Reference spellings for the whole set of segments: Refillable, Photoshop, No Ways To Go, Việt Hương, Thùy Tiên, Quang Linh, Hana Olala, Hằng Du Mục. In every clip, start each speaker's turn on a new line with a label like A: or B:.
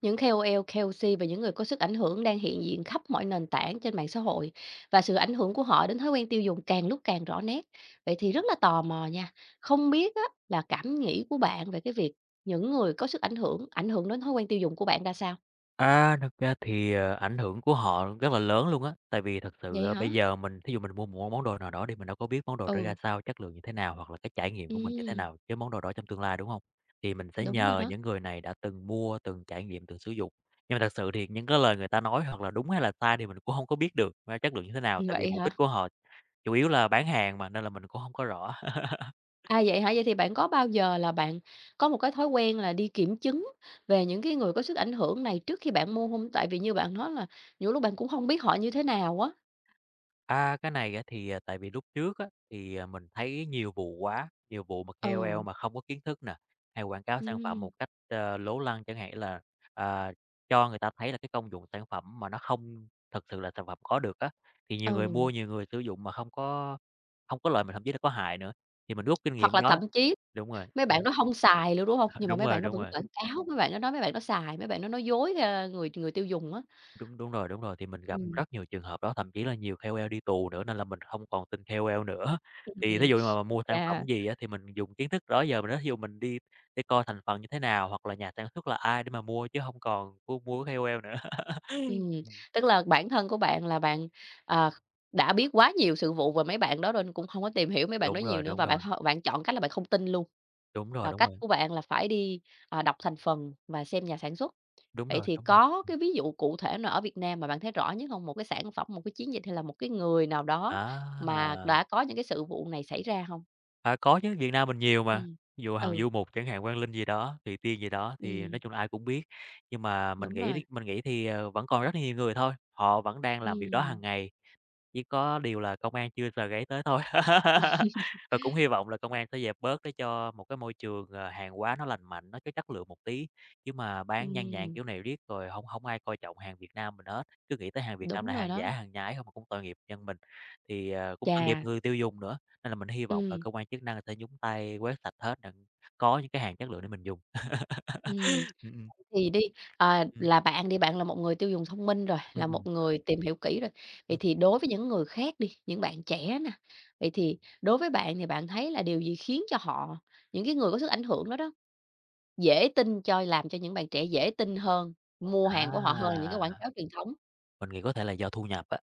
A: Những KOL, KOC và những người có sức ảnh hưởng đang hiện diện khắp mọi nền tảng trên mạng xã hội và sự ảnh hưởng của họ đến thói quen tiêu dùng càng lúc càng rõ nét. Vậy thì rất là tò mò nha. Không biết á, là cảm nghĩ của bạn về cái việc những người có sức ảnh hưởng đến thói quen tiêu dùng của bạn ra sao?
B: À, thực ra thì, ờ, Ảnh hưởng của họ rất là lớn luôn á, tại vì thật sự,
A: Vậy
B: ờ,
A: hả?
B: bây giờ mình thí dụ mình mua một món đồ nào đó đi, mình đâu có biết món đồ đó ra
A: Ừ.
B: sao, chất lượng như thế nào, hoặc là cái trải nghiệm của mình như thế
A: Ừm,
B: nào với món đồ đó trong tương lai, đúng không? Thì mình sẽ
A: đúng rồi
B: nhờ
A: đó.
B: những người này đã từng mua, từng trải nghiệm, từng sử dụng. Nhưng mà thật sự thì những cái lời người ta nói hoặc là đúng hay là sai thì mình cũng không có biết được ra chất lượng như thế nào, tại vì
A: Vậy
B: mục đích
A: hả?
B: của họ chủ yếu là bán hàng mà, nên là mình cũng không có rõ.
A: À vậy hả? Vậy thì bạn có bao giờ là bạn có một cái thói quen là đi kiểm chứng về những cái người có sức ảnh hưởng này trước khi bạn mua không? Tại vì như bạn nói là nhiều lúc bạn cũng không biết họ như thế nào á.
B: À, cái này á thì, tại vì lúc trước á, mình thấy nhiều vụ quá, nhiều vụ mà KOL
A: Ừ.
B: mà không có kiến thức nè, hay quảng cáo sản phẩm
A: Ừm,
B: một cách lố lăng chẳng hạn là, à, cho người ta thấy là cái công dụng sản phẩm mà nó không thực sự là sản phẩm có được á, thì nhiều người
A: ừ,
B: mua, nhiều người sử dụng mà không có lợi mà thậm chí là có hại nữa, thì mình rút kinh
A: hoặc
B: nghiệm
A: là
B: đó.
A: thậm chí
B: Đúng rồi,
A: mấy
B: ừm.
A: bạn đó hông xài luôn, đúng hông? Nhưng mà
B: Đúng
A: mấy
B: rồi,
A: bạn đó
B: đúng
A: vẫn
B: rồi.
A: quảng cáo, mấy bạn đó nói mấy bạn đó xài, mấy bạn đó nói dối, người người tiêu dùng á.
B: Đúng, đúng rồi, thì mình gặp
A: Ừm,
B: rất nhiều trường hợp đó, thậm chí là nhiều KOL đi tù nữa nên là mình không còn tin KOL nữa. Thì thí
A: ừm,
B: dụ như mà mua sản
A: chà,
B: phẩm gì á thì mình dùng kiến thức đó giờ mình nói thí dụ mình đi để coi thành phần như thế nào, hoặc là nhà sản xuất là ai để mà mua chứ không còn mua mua của KOL nữa.
A: ừm,
B: Ừm,
A: tức là bản thân của bạn là bạn, ờ, đã biết quá nhiều sự vụ về mấy bạn đó rồi nên cũng hông có tìm hiểu mấy bạn đó
B: đúng
A: nhiều
B: rồi,
A: nữa
B: đúng
A: và bạn
B: rồi,
A: h bạn chọn cách là bạn không tin luôn.
B: đúng rồi,
A: Và
B: đúng
A: cách
B: rồi,
A: của bạn là phải đi, đọc thành phần và xem nhà sản xuất.
B: đúng
A: Vậy
B: rồi,
A: thì
B: đúng rồi.
A: có cái ví dụ cụ thể nào ở Việt Nam mà bạn thấy rõ nhất hông? Một cái sản phẩm, một cái chiến dịch hay là một cái người nào
B: Á,
A: đó mà
B: à.
A: đã có những cái sự vụ này xảy ra hông?
B: À, có chứ, Việt Nam mình nhiều mà,
A: Ừm.
B: ví dụ Hằng
A: Ừ,
B: Du Mục chẳng hạn, Quang Linh gì đó, Thùy Tiên gì đó thì nói
A: ừm,
B: chung là ai cũng biết. Nhưng mà mình
A: đúng rồi.
B: nghĩ mình nghĩ thì vẫn còn rất là nhiều người thôi, họ vẫn đang làm việc đó hàng
A: Ừm.
B: ngày. Chỉ có điều là công an chưa rờ gáy tới thôi. Và cũng hy vọng là công an sẽ dẹp bớt để cho một cái môi trường, hàng hóa nó lành mạnh, nó có chất lượng một tí, chứ mà bán nhan nhản
A: Ừm,
B: kiểu này riết rồi không không ai coi trọng hàng Việt Nam mình hết, cứ nghĩ tới hàng Việt Nam
A: đúng
B: là
A: rồi
B: hàng giả,
A: đó.
B: hàng nhái không mà cũng tội nghiệp dân mình, thì cũng tội nghiệp
A: Chà,
B: người tiêu dùng nữa. Nên là mình hy vọng là
A: ừm,
B: cơ quan chức năng sẽ nhúng tay quét sạch hết để có những cái hàng chất lượng để mình dùng.
A: ừm,
B: Ừm, ừm.
A: thì đi,
B: Ừm,
A: là bạn đi, bạn là một người tiêu dùng thông minh rồi,
B: ừm,
A: là một
B: ừm.
A: người tìm hiểu kỹ rồi. Vậy
B: Ừm,
A: thì đối với những người khác đi, những bạn trẻ nè, vậy thì đối với bạn thì bạn thấy là điều gì khiến cho họ, những cái người có sức ảnh hưởng đó đó, dễ tin cho làm cho những bạn trẻ dễ tin hơn, mua hàng của họ hơn là những cái quảng
B: à,
A: cáo truyền thống,
B: mình nghĩ có thể là do thu nhập á.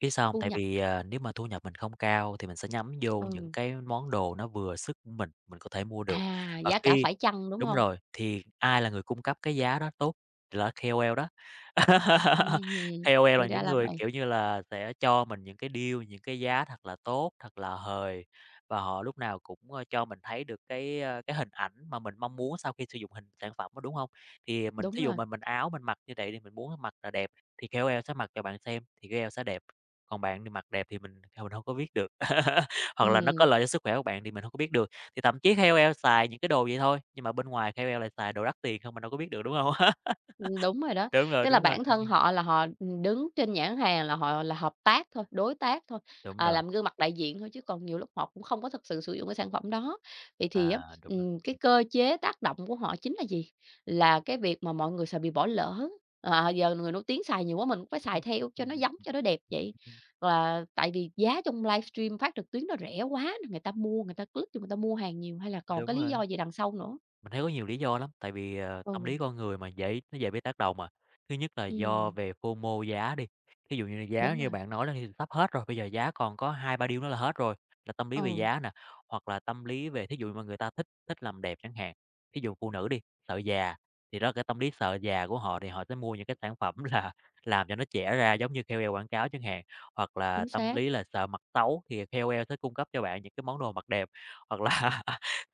B: Biết sao hông?
A: thu
B: Tại
A: nhập
B: vì, nếu mà thu nhập mình không cao thì mình sẽ nhắm vô những
A: ừ,
B: cái món đồ nó vừa sức của mình có thể mua được.
A: à,
B: Và
A: giá cả
B: khi
A: phải chăng, đúng
B: Đúng
A: hông?
B: rồi, thì ai là người cung cấp cái giá đó tốt thì là KOL đó.
A: Ừm,
B: KOL
A: thì
B: là
A: ra
B: những
A: là
B: người,
A: vậy,
B: kiểu như là, sẽ cho mình những cái deal, những cái giá thật là tốt, thật là hời và họ lúc nào cũng cho mình thấy được cái hình ảnh mà mình mong muốn sau khi sử dụng hình sản phẩm á, đúng không? Thì mình
A: đúng
B: thí dụ
A: rồi,
B: mình áo mình mặc như vậy đi, mình muốn mặc là đẹp thì KOL sẽ mặc cho bạn xem thì KOL sẽ đẹp. Còn bạn thì mặc đẹp thì mình không có biết được, hoặc là nó có
A: ừm.
B: lợi cho sức khỏe của bạn thì mình không có biết được. Thì thậm chí KOL xài những cái đồ vậy thôi, nhưng mà bên ngoài KOL lại xài đồ đắt tiền không, mình đâu có biết được, đúng không?
A: Đúng rồi đó. Tức là
B: Đúng rồi,
A: bản thân
B: ừm.
A: họ là họ, đứng trên nhãn hàng là họ là hợp tác thôi, đối tác thôi,
B: Đúng rồi,
A: làm gương mặt đại diện thôi, chứ còn nhiều lúc họ cũng không có thực sự sử dụng cái sản phẩm đó. Vậy thì á,
B: à, đúng rồi.
A: cái cơ chế tác động của họ chính là gì? Là cái việc mà mọi người sợ bị bỏ lỡ, giờ người nổi tiếng xài nhiều quá mình cũng phải xài
B: Ừm,
A: theo cho nó
B: ừm,
A: giống,
B: ừm,
A: cho nó đẹp vậy.
B: ừm.
A: Và tại vì giá trong livestream phát trực tuyến nó rẻ quá nên người ta mua, người ta click cho người ta mua hàng nhiều, hay là còn
B: Đúng
A: cái lý
B: rồi.
A: do gì đằng sau nữa?
B: Mình thấy có nhiều lý do lắm, tại vì, tâm
A: Ừ.
B: lý con người mà dễ nó dễ bị tác động mà. Thứ nhất là do
A: Ừm,
B: về FOMO giá đi, thí dụ như là giá
A: đúng rồi,
B: như bạn nói là thì sắp hết rồi, bây giờ giá còn có hai ba deal nữa là hết rồi, là tâm lý về
A: ừ,
B: giá nè, hoặc là tâm lý về thí dụ mà người ta thích thích làm đẹp chẳng hạn, thí dụ phụ nữ đi, sợ già, thì đó là cái tâm lý sợ già của họ thì họ sẽ mua những cái sản phẩm là làm cho nó trẻ ra giống như KOL quảng cáo chẳng hạn, hoặc là
A: chính
B: tâm
A: xác.
B: lý là sợ mặt xấu thì KOL sẽ cung cấp cho bạn những cái món đồ mặc đẹp, hoặc là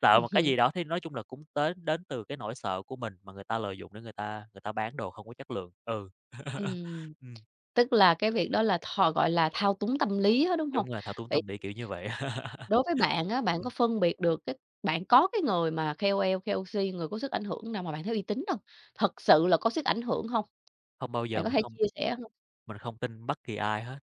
B: sợ một cái
A: Ừm
B: gì đó thì nói chung là cũng đến đến từ cái nỗi sợ của mình mà người ta lợi dụng để người ta bán đồ không có chất lượng. Ừ.
A: ừm,
B: Ừm,
A: tức là cái việc đó là thò gọi là, thao túng tâm lý á, đúng
B: đúng
A: hông?
B: rồi, thao túng
A: Vậy
B: tâm lý, kiểu như vậy.
A: đối với bạn á, bạn có
B: Ừm,
A: phân biệt được cái bạn có cái người mà KOL, KOC, người có sức ảnh hưởng nào mà bạn thấy uy tín hông? Thật sự là có sức ảnh hưởng hông?
B: không bao
A: Bạn
B: giờ
A: có
B: mình
A: thể
B: không
A: chia sẻ hông?
B: Mình không tin bất kỳ ai hết.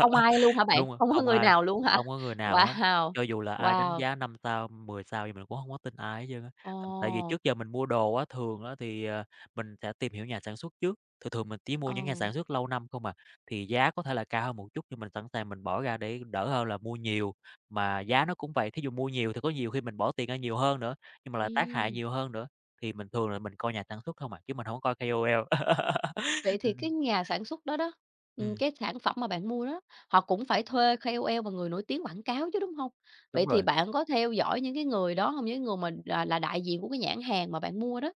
A: Không ai luôn hả bạn?
B: Đúng rồi,
A: Không có
B: không
A: người
B: ai,
A: nào luôn hả?
B: không có người nào hết,
A: Wow,
B: cho dù là ai đánh
A: wow,
B: giá 5 sao, 10 sao thì mình cũng không có tin ai hết trơn á. Tại vì
A: ồ,
B: trước giờ mình mua đồ á, thường á thì mình sẽ tìm hiểu nhà sản xuất trước, thường thường mình chỉ mua
A: ồ,
B: những nhà sản xuất lâu năm không à, thì giá có thể là cao hơn một chút nhưng mình sẵn sàng mình bỏ ra để đỡ hơn là mua nhiều. Mà giá nó cũng vậy, thí dụ mua nhiều thì có nhiều khi mình bỏ tiền ra nhiều hơn nữa, nhưng mà lại tác hại
A: ừm.
B: nhiều hơn nữa, thì mình thường là mình coi nhà sản xuất không à, chứ mình không có coi KOL.
A: Vậy thì
B: Ừm, ừm.
A: cái nhà sản xuất đó đó, cái sản phẩm mà bạn mua đó, họ cũng phải thuê KOL và người nổi tiếng quảng cáo chứ, đúng hông?
B: Đúng
A: Vậy thì
B: rồi.
A: bạn có theo dõi những cái người đó hông? Những người mà là đại diện của cái nhãn hàng mà bạn mua đó?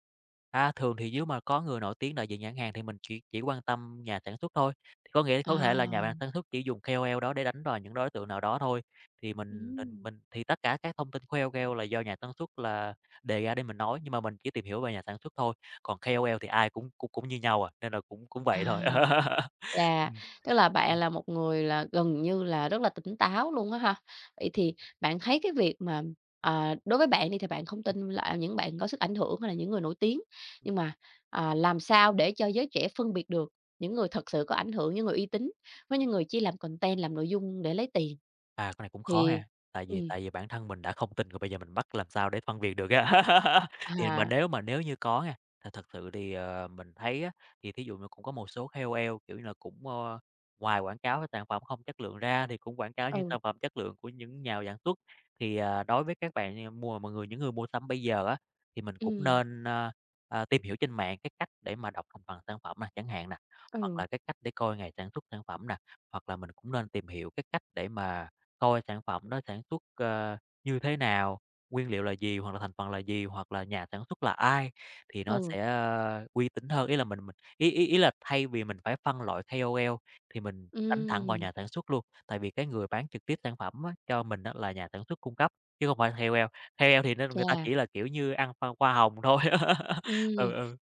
B: À, thường thì nếu mà có người nổi tiếng đại diện nhãn hàng thì mình chỉ quan tâm nhà sản xuất thôi, thì có nghĩa có thể là nhà
A: À.
B: sản xuất chỉ dùng KOL đó để đánh vào những đối tượng nào đó thôi, thì mình mình
A: Ừm.
B: mình thì tất cả các thông tin của KOL là do nhà sản xuất là đề ra để mình nói, nhưng mà mình chỉ tìm hiểu về nhà sản xuất thôi, còn KOL thì ai cũng cũng cũng như nhau à, nên là cũng cũng vậy
A: À.
B: thôi.
A: Chà,
B: Ừm,
A: tức là bạn là một người là gần như là rất là tỉnh táo luôn á ha. Vậy thì bạn thấy cái việc mà, đối với bạn đi thì bạn không tin là những bạn có sức ảnh hưởng hay là những người nổi tiếng, nhưng mà, làm sao để cho giới trẻ phân biệt được những người thật sự có ảnh hưởng, những người uy tín với những người chỉ làm content, làm nội dung để lấy tiền?
B: Cái này cũng khó
A: Thì
B: ha, tại vì
A: ừm,
B: tại vì bản thân mình đã không tin rồi bây giờ mình bắt làm sao để phân biệt được á. Thì mà
A: à,
B: nếu như có nha, thì thật sự thì mình thấy á, thì thí dụ như cũng có một số KOL, kiểu như là, ngoài quảng cáo cái sản phẩm không chất lượng ra thì cũng quảng cáo những
A: ừ,
B: sản phẩm chất lượng của những nhà sản xuất. Thì đối với các bạn, ờ, mua mọi người những người mua sắm bây giờ á, thì mình cũng
A: ừm,
B: nên tìm hiểu trên mạng cái cách để mà đọc thành phần sản phẩm nè, chẳng hạn nè, hoặc
A: ừ,
B: là cái cách để coi ngày sản xuất sản phẩm nè, hoặc là mình cũng nên tìm hiểu cái cách để mà coi sản phẩm đó sản xuất như thế nào, nguyên liệu là gì, hoặc là thành phần là gì, hoặc là nhà sản xuất là ai thì nó
A: ừ,
B: sẽ uy tín hơn. Ý là mình ý ý ý là thay vì mình phải phân loại ca O KOL thì mình đánh thẳng vào
A: ừm,
B: nhà sản xuất luôn, tại vì cái người bán trực tiếp sản phẩm á, cho mình á là nhà sản xuất cung cấp, chứ không phải ca O lờ. Ca O KOL thì nó người ta
A: chà,
B: chỉ là, kiểu như, ăn pha hoa hồng thôi. Ừ,
A: ừm.
B: ừ.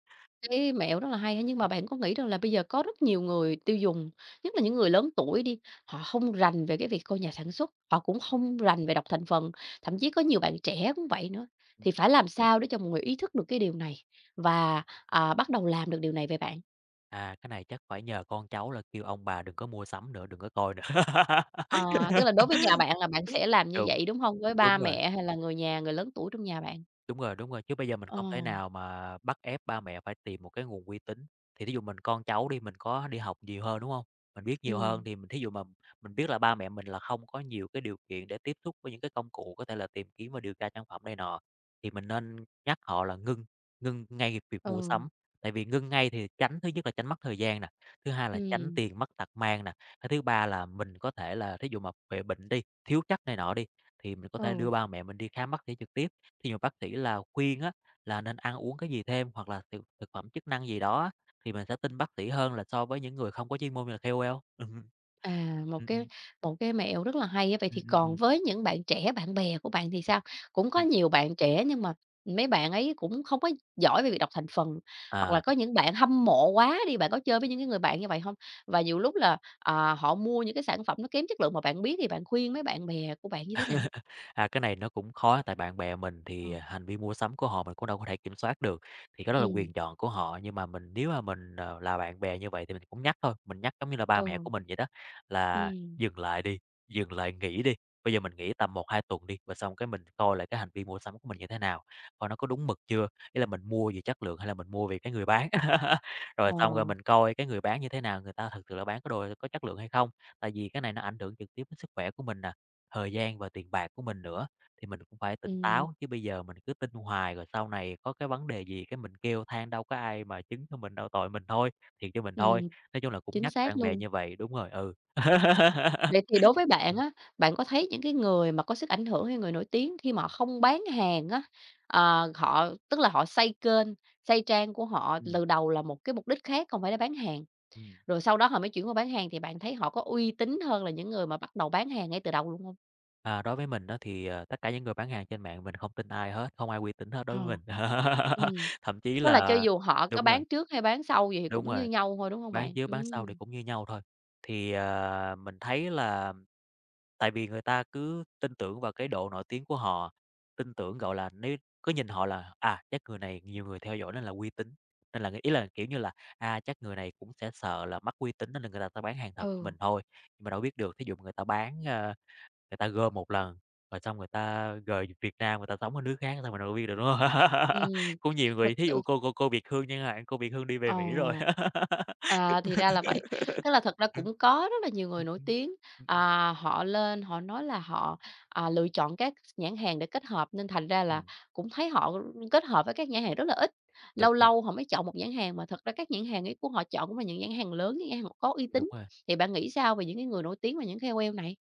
A: Cái mẹo rất là hay á, nhưng mà bạn có nghĩ rằng là bây giờ có rất nhiều người tiêu dùng, nhất là những người lớn tuổi đi, họ không rành về cái việc coi nhà sản xuất, họ cũng không rành về đọc thành phần, thậm chí có nhiều bạn trẻ cũng vậy nữa. Thì
B: Ừm,
A: phải làm sao để cho mọi người ý thức được cái điều này và, bắt đầu làm được điều này vậy bạn?
B: cái này chắc phải nhờ con cháu là kêu ông bà đừng có mua sắm nữa, đừng có coi nữa.
A: Ờ, tức là đối với nhà bạn là bạn sẽ làm như
B: Đúng,
A: vậy, đúng không? Với ba
B: đúng rồi.
A: mẹ hay là người nhà, người lớn tuổi trong nhà bạn?
B: Đúng rồi, đúng rồi, chứ bây giờ mình
A: Ờ,
B: không thể nào mà bắt ép ba mẹ phải tìm một cái nguồn uy tín. Thì thí dụ mình con cháu đi, mình có đi học nhiều hơn, đúng không? Mình biết nhiều
A: ừm,
B: hơn thì mình thí dụ mà mình biết là ba mẹ mình là không có nhiều cái điều kiện để tiếp xúc với những cái công cụ có thể là tìm kiếm và điều tra sản phẩm này nọ, thì mình nên nhắc họ là ngưng, ngưng ngay việc mua
A: ừ,
B: sắm. Tại vì ngưng ngay thì tránh thứ nhất là tránh mất thời gian nè, thứ hai là tránh
A: ừm,
B: tiền mất tật mang nè, cái thứ ba là mình có thể là thí dụ mà về bệnh đi, thiếu chất này nọ đi, thì mình có thể đưa
A: ừ.
B: ba mẹ mình đi khám bác sĩ trực tiếp. Thì mà bác sĩ là khuyên á, là nên ăn uống cái gì thêm hoặc là thực thực phẩm chức năng gì đó thì mình sẽ tin bác sĩ hơn là so với những người không có chuyên môn như là KOL. Ừm
A: À, một
B: Ừm,
A: cái
B: ừm.
A: một cái mẹo rất là hay á. Vậy
B: Ừm,
A: thì
B: ừm,
A: còn
B: ừm.
A: với những bạn trẻ, bạn bè của bạn thì sao? Cũng có
B: Ừm.
A: nhiều bạn trẻ nhưng mà mấy bạn ấy cũng không có giỏi về việc đọc thành phần, hoặc là
B: À.
A: có những bạn hâm mộ quá đi, bạn có chơi với những cái người bạn như vậy không? Và nhiều lúc là, họ mua những cái sản phẩm nó kém chất lượng mà bạn biết thì bạn khuyên mấy bạn bè của bạn như thế nào?
B: À, cái này nó cũng khó tại bạn bè mình
A: Ờ.
B: thì hành vi mua sắm của họ mình cũng đâu có thể kiểm soát được, thì cái đó là
A: Ừm,
B: quyền chọn của họ. Nhưng mà mình nếu mà mình, là bạn bè như vậy thì mình cũng nhắc thôi, mình nhắc giống như là ba mẹ
A: ừ,
B: của mình vậy đó, là
A: ừm,
B: "Dừng lại đi, dừng lại nghỉ đi, bây giờ mình nghỉ tầm một hai tuần đi." Và xong cái mình coi lại cái hành vi mua sắm của mình như thế nào, coi nó có đúng mực chưa, ý là mình mua vì chất lượng hay là mình mua vì cái người bán. Rồi
A: ờ,
B: xong rồi mình coi cái người bán như thế nào, người ta thực sự là bán cái đồ có chất lượng hay không, tại vì cái này nó ảnh hưởng trực tiếp đến sức khỏe của mình nè. Thời gian và tiền bạc của mình nữa, thì mình cũng phải tỉnh
A: ừm,
B: táo, chứ bây giờ mình cứ tin hoài rồi sau này có cái vấn đề gì cái mình kêu than đâu có ai mà chứng cho mình đâu, tội mình thôi, thiệt cho mình thôi.
A: ừm,
B: Nói chung là cũng
A: chính
B: nhắc
A: xác
B: bạn bè
A: luôn.
B: như vậy đúng rồi, ừ.
A: Vậy thì đối với bạn
B: Ừm,
A: á, bạn có thấy những cái người mà có sức ảnh hưởng hay người nổi tiếng khi mà họ không bán hàng á, họ tức là họ xây kênh, xây trang của họ
B: ừm,
A: từ đầu là một cái mục đích khác, không phải để bán hàng,
B: ừm.
A: rồi sau đó họ mới chuyển qua bán hàng thì bạn thấy họ có uy tín hơn là những người mà bắt đầu bán hàng ngay từ đầu luôn không?
B: À, đối với mình đó thì, tất cả những người bán hàng trên mạng mình không tin ai hết, không ai uy tín hết
A: Ờ.
B: đối với mình.
A: Ừ.
B: Thậm chí
A: Tức là cho
B: là
A: dù họ có
B: đúng rồi,
A: bán trước hay bán sau gì thì
B: đúng
A: cũng như
B: rồi.
A: nhau thôi, đúng không
B: Bán
A: bạn?
B: trước bán sau thì cũng như nhau thôi. Thì, mình thấy là tại vì người ta cứ tin tưởng vào cái độ nổi tiếng của họ, tin tưởng, gọi là, nếu cứ nhìn họ là, chắc người này nhiều người theo dõi nên là uy tín, nên là ý là, kiểu như là, chắc người này cũng sẽ sợ là mất uy tín nên là người ta sẽ bán hàng thật cho
A: Ừ.
B: mình thôi. Nhưng mà đâu biết được, thí dụ người ta bán, người ta gom một lần, rồi xong người ta rời Việt Nam, người ta sống ở nước khác sao mình đâu biết được, đúng không?
A: Ừm,
B: Cũng nhiều
A: thực
B: người, thí
A: sự
B: dụ cô Việt Hương chẳng hạn, cô Việt Hương đi về
A: Ờ.
B: Mỹ rồi.
A: À, thì ra là vậy. Tức là thật ra
B: Ừm.
A: cũng có rất là nhiều người
B: Ừm,
A: nổi
B: ừm.
A: tiếng,
B: Ừm, ừm.
A: họ lên họ nói là họ, lựa chọn các nhãn hàng để kết hợp nên thành ra là
B: Ừm,
A: cũng thấy họ kết hợp với các nhãn hàng rất là ít.
B: đúng
A: Lâu
B: rồi,
A: lâu họ mới chọn một nhãn hàng mà thật ra các nhãn hàng ấy của họ chọn cũng là những nhãn hàng lớn, những nhãn hàng có uy
B: đúng
A: tín.
B: rồi.
A: Thì bạn nghĩ sao về những cái người nổi tiếng và những KOL này?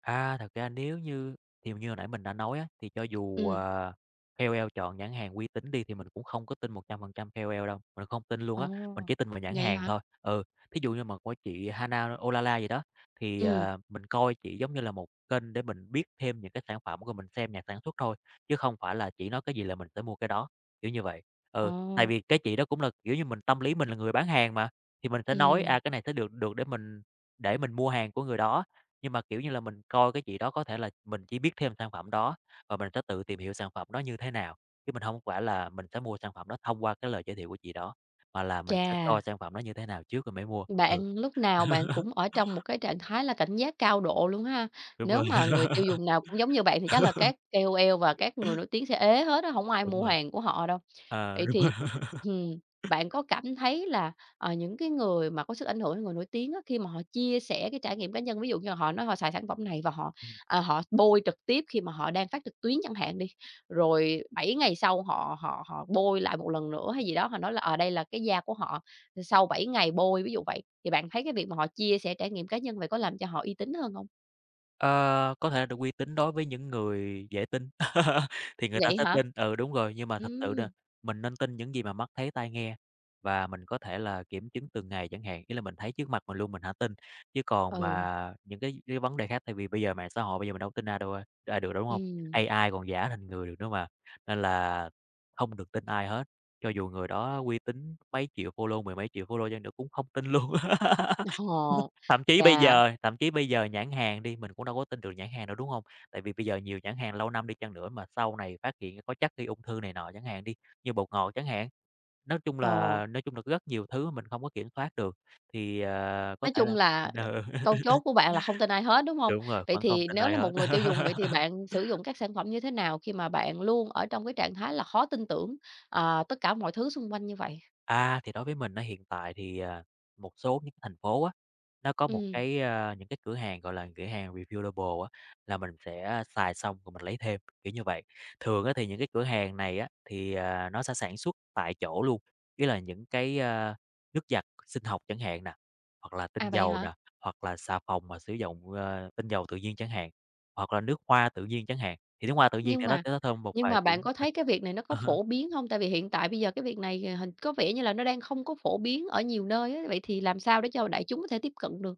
B: À, thật ra nếu như thì như hồi nãy mình đã nói á, thì cho dù,
A: Ừm.
B: KOL chọn nhãn hàng uy tín đi thì mình cũng không có tin 100% KOL đâu, mình không tin luôn á, mình
A: Ồ,
B: chỉ tin vào nhãn
A: vậy
B: hàng
A: hả?
B: thôi. Ừ, thí dụ như mà của chị Hana Olala gì đó, thì,
A: Ừm.
B: mình coi chị giống như là một kênh để mình biết thêm những cái sản phẩm của mình xem nhà sản xuất thôi, chứ không phải là chỉ nói cái gì là mình sẽ mua cái đó, kiểu như vậy. Ừ, tại
A: Ồ,
B: vì cái chị đó cũng là, kiểu như, mình tâm lý mình là người bán hàng mà, thì mình sẽ nói,
A: ừm,
B: cái này sẽ được được để mình mua hàng của người đó. Nhưng mà, kiểu như là, mình coi cái chị đó có thể là mình chỉ biết thêm sản phẩm đó và mình sẽ tự tìm hiểu sản phẩm đó như thế nào, chứ mình không phải là mình sẽ mua sản phẩm đó thông qua cái lời giới thiệu của chị đó, mà là mình sẽ
A: chà.
B: coi sản phẩm đó như thế nào trước rồi mới mua. Ừ.
A: Bạn lúc nào bạn cũng ở trong một cái trạng thái là cảnh giác cao độ luôn ha.
B: Đúng
A: Nếu
B: rồi.
A: mà người tiêu dùng nào cũng giống như bạn thì chắc là các KOL và các người nổi tiếng sẽ ế hết á, không ai
B: Đúng
A: mua
B: rồi.
A: hàng của họ đâu.
B: Ờ,
A: Vậy
B: đúng rồi.
A: thì, ừm, bạn có cảm thấy là, những cái người mà có sức ảnh hưởng, người nổi tiếng á, khi mà họ chia sẻ cái trải nghiệm cá nhân, ví dụ như là họ nói họ xài sản phẩm này và họ, họ bôi trực tiếp khi mà họ đang phát trực tuyến chẳng hạn đi, rồi 7 ngày sau họ họ họ bôi lại một lần nữa hay gì đó, họ nói là, ở đây là cái da của họ sau 7 ngày bôi, ví dụ vậy, thì bạn thấy cái việc mà họ chia sẻ trải nghiệm cá nhân vậy có làm cho họ uy tín hơn không?
B: Ờ, có thể là được uy tín đối với những người dễ tin, thì người ta
A: Vậy
B: sẽ
A: hả?
B: tin ừ, đúng rồi, nhưng mà
A: Ừ
B: thật sự là mình nên tin những gì mà mắt thấy tai nghe, và mình có thể là kiểm chứng từng ngày chẳng hạn, ý là mình thấy trước mặt mình luôn mình hả tin, chứ còn
A: ừ,
B: mà những cái vấn đề khác tại vì bây giờ mạng xã hội bây giờ mình đâu tin ai đâu ai ai được đâu, đúng hông?
A: ừm,
B: AI còn giả thành người được nữa mà, nên là không được tin ai hết, cho dù người đó uy tín mấy triệu follow, mười mấy triệu follow chăng nữa cũng không tin luôn.
A: ồ,
B: Thậm chí bây
A: chà,
B: giờ thậm chí bây giờ nhãn hàng đi, mình cũng đâu có tin được nhãn hàng đâu, đúng hông? Tại vì bây giờ nhiều nhãn hàng lâu năm đi chăng nữa mà sau này phát hiện có chất gây ung thư này nọ chẳng hạn đi, như bột ngọt chẳng hạn. Nói chung
A: ờ.
B: là nói chung là rất nhiều thứ mình không có kiểm soát được, thì, có
A: Nói
B: thể
A: chung
B: là
A: là câu
B: ừ,
A: chốt của bạn là không tin ai hết, đúng hông?
B: đúng rồi,
A: Vậy
B: vẫn không
A: thì
B: tin
A: nếu
B: ai
A: là một
B: hết.
A: người tiêu dùng, vậy thì bạn sử dụng các sản phẩm như thế nào khi mà bạn luôn ở trong cái trạng thái là khó tin tưởng, tất cả mọi thứ xung quanh như vậy?
B: À, thì đối với mình á, hiện tại thì, một số những thành phố á nó có một
A: Ừm,
B: cái, những cái cửa hàng, gọi là, cửa hàng reviewable á, là mình sẽ xài xong rồi mình lấy thêm, kiểu như vậy. Thường á thì những cái cửa hàng này á, thì, nó sẽ sản xuất tại chỗ luôn, ý là những cái, nước giặt sinh học chẳng hạn nè, hoặc là tinh
A: à, vậy
B: dầu
A: hả?
B: nè, hoặc là xà phòng mà sử dụng, tinh dầu tự nhiên chẳng hạn, hoặc là nước hoa tự nhiên chẳng hạn, thì nước hoa tự nhiên
A: Nhưng
B: thì nó
A: mà
B: sẽ thơm một
A: nhưng
B: vài
A: mà
B: tiếng.
A: bạn có thấy cái việc này nó có
B: Ừ. À
A: phổ biến hông? Tại vì hiện tại bây giờ cái việc này, hình có vẻ như là nó đang không có phổ biến ở nhiều nơi á, vậy thì làm sao để cho đại chúng có thể tiếp cận được?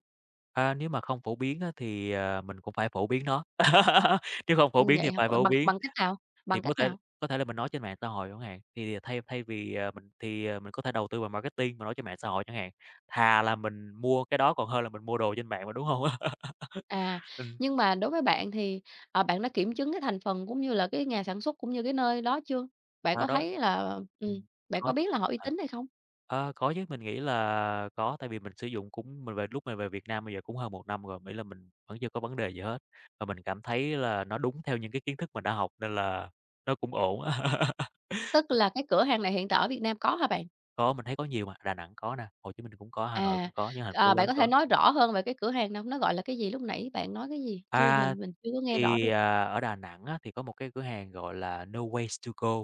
B: nếu mà không phổ biến á thì, mình cũng phải phổ biến nó, nếu không phổ biến thì
A: Vậy hả?
B: phải phổ
A: Bằng
B: biến.
A: bằng cách nào?
B: Thì
A: Bằng
B: có
A: cách
B: thể
A: nào?
B: là mình nói trên mạng xã hội chẳng hạn, thì thay thay vì, mình thì, mình có thể đầu tư vào marketing, mà nói trên mạng xã hội chẳng hạn, thà là mình mua cái đó còn hơn là mình mua đồ trên mạng mà, đúng không?
A: À,
B: Ừm,
A: nhưng mà đối với bạn thì, bạn đã kiểm chứng cái thành phần cũng như là cái nhà sản xuất, cũng như cái nơi đó chưa? Bạn
B: à,
A: có
B: đó.
A: thấy là
B: Ừm,
A: bạn có
B: có chứ,
A: biết là họ uy
B: à.
A: tín hay không?
B: Ờ, có chứ, mình nghĩ là có, tại vì mình sử dụng cũng mình về lúc mình về Việt Nam bây giờ cũng hơn 1 năm rồi, mình nghĩ là mình vẫn chưa có vấn đề gì hết, và mình cảm thấy là nó đúng theo những cái kiến thức mình đã học nên là nó cũng ổn.
A: Tức là cái cửa hàng này hiện tại ở Việt Nam có hả bạn?
B: Có, mình thấy có nhiều mà, Đà Nẵng có nè, Hồ Chí Minh cũng có, Hà Nội
A: À,
B: cũng có, những thành phố
A: bạn
B: lớn
A: có thể
B: có.
A: nói rõ hơn về cái cửa hàng này? Nó gọi là cái gì? Lúc nãy bạn nói cái gì? Chưa
B: À,
A: mình chưa có nghe rõ
B: thì,
A: được.
B: ở Đà Nẵng á, thì có một cái cửa hàng gọi là No Ways To Go.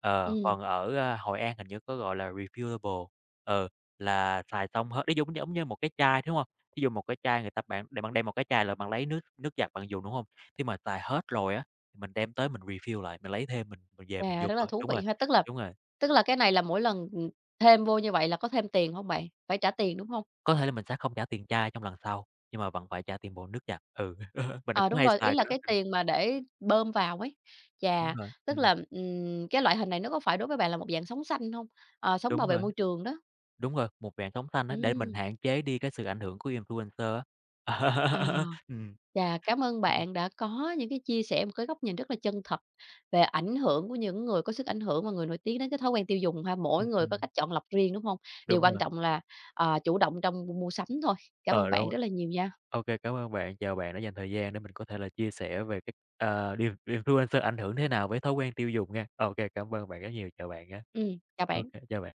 B: Ờ,
A: Ừm,
B: còn ở, Hội An hình như có gọi là Refillable, ừ, là xài xong hết nó giống giống như một cái chai, đúng hông? Thí dụ một cái chai người ta bạn để bạn đem một cái chai là bạn lấy nước nước giặt bạn dùng, đúng hông? Khi mà xài hết rồi á, thì mình đem tới mình refill lại, mình lấy thêm mình về mình dùng
A: rất là
B: thôi.
A: thú
B: Đúng
A: vị
B: rồi,
A: ha. Tức là
B: đúng rồi.
A: tức là cái này là mỗi lần, ừ, thêm vô như vậy là có thêm tiền không bạn? Phải trả tiền, đúng không?
B: Có thể là mình sẽ không trả tiền chai trong lần sau, nhưng mà vẫn phải trả tiền bộ nước giặt. Ừ, mình
A: Ờ,
B: cũng
A: đúng
B: hay
A: rồi, ý
B: xài
A: là
B: cái đó.
A: cái tiền mà để bơm vào ấy.
B: Đúng
A: Chà,
B: rồi,
A: tức là, cái loại hình này nó có phải đối với bạn là một dạng sống xanh hông? Ờ, sống bảo
B: đúng
A: vệ
B: rồi.
A: môi trường đó.
B: Đúng rồi, một vàng sống xanh á, để mình
A: Ừm,
B: hạn chế đi cái sự ảnh hưởng của influencer á.
A: à,
B: Ừm.
A: chà, cảm ơn
B: Ừm,
A: bạn đã có những cái chia sẻ, một cái góc nhìn rất là chân thật về ảnh hưởng của những người có sức ảnh hưởng và người nổi tiếng đến cái thói quen tiêu dùng ha. Mỗi
B: ừm,
A: người có
B: ừm,
A: cách chọn lọc riêng, đúng hông? Điều
B: đúng
A: quan
B: rồi,
A: trọng là, chủ động trong mua sắm thôi. Cảm
B: ờ,
A: ơn
B: đúng
A: bạn
B: rồi.
A: rất là nhiều nha.
B: Ô cảm ơn bạn, chào bạn đã dành thời gian để mình có thể là chia sẻ về cái, điều influencer ảnh hưởng thế nào với thói quen tiêu dùng nha. Ok cảm ơn bạn rất nhiều, chào bạn nhé
A: Chào
B: ok
A: bạn.
B: chào bạn.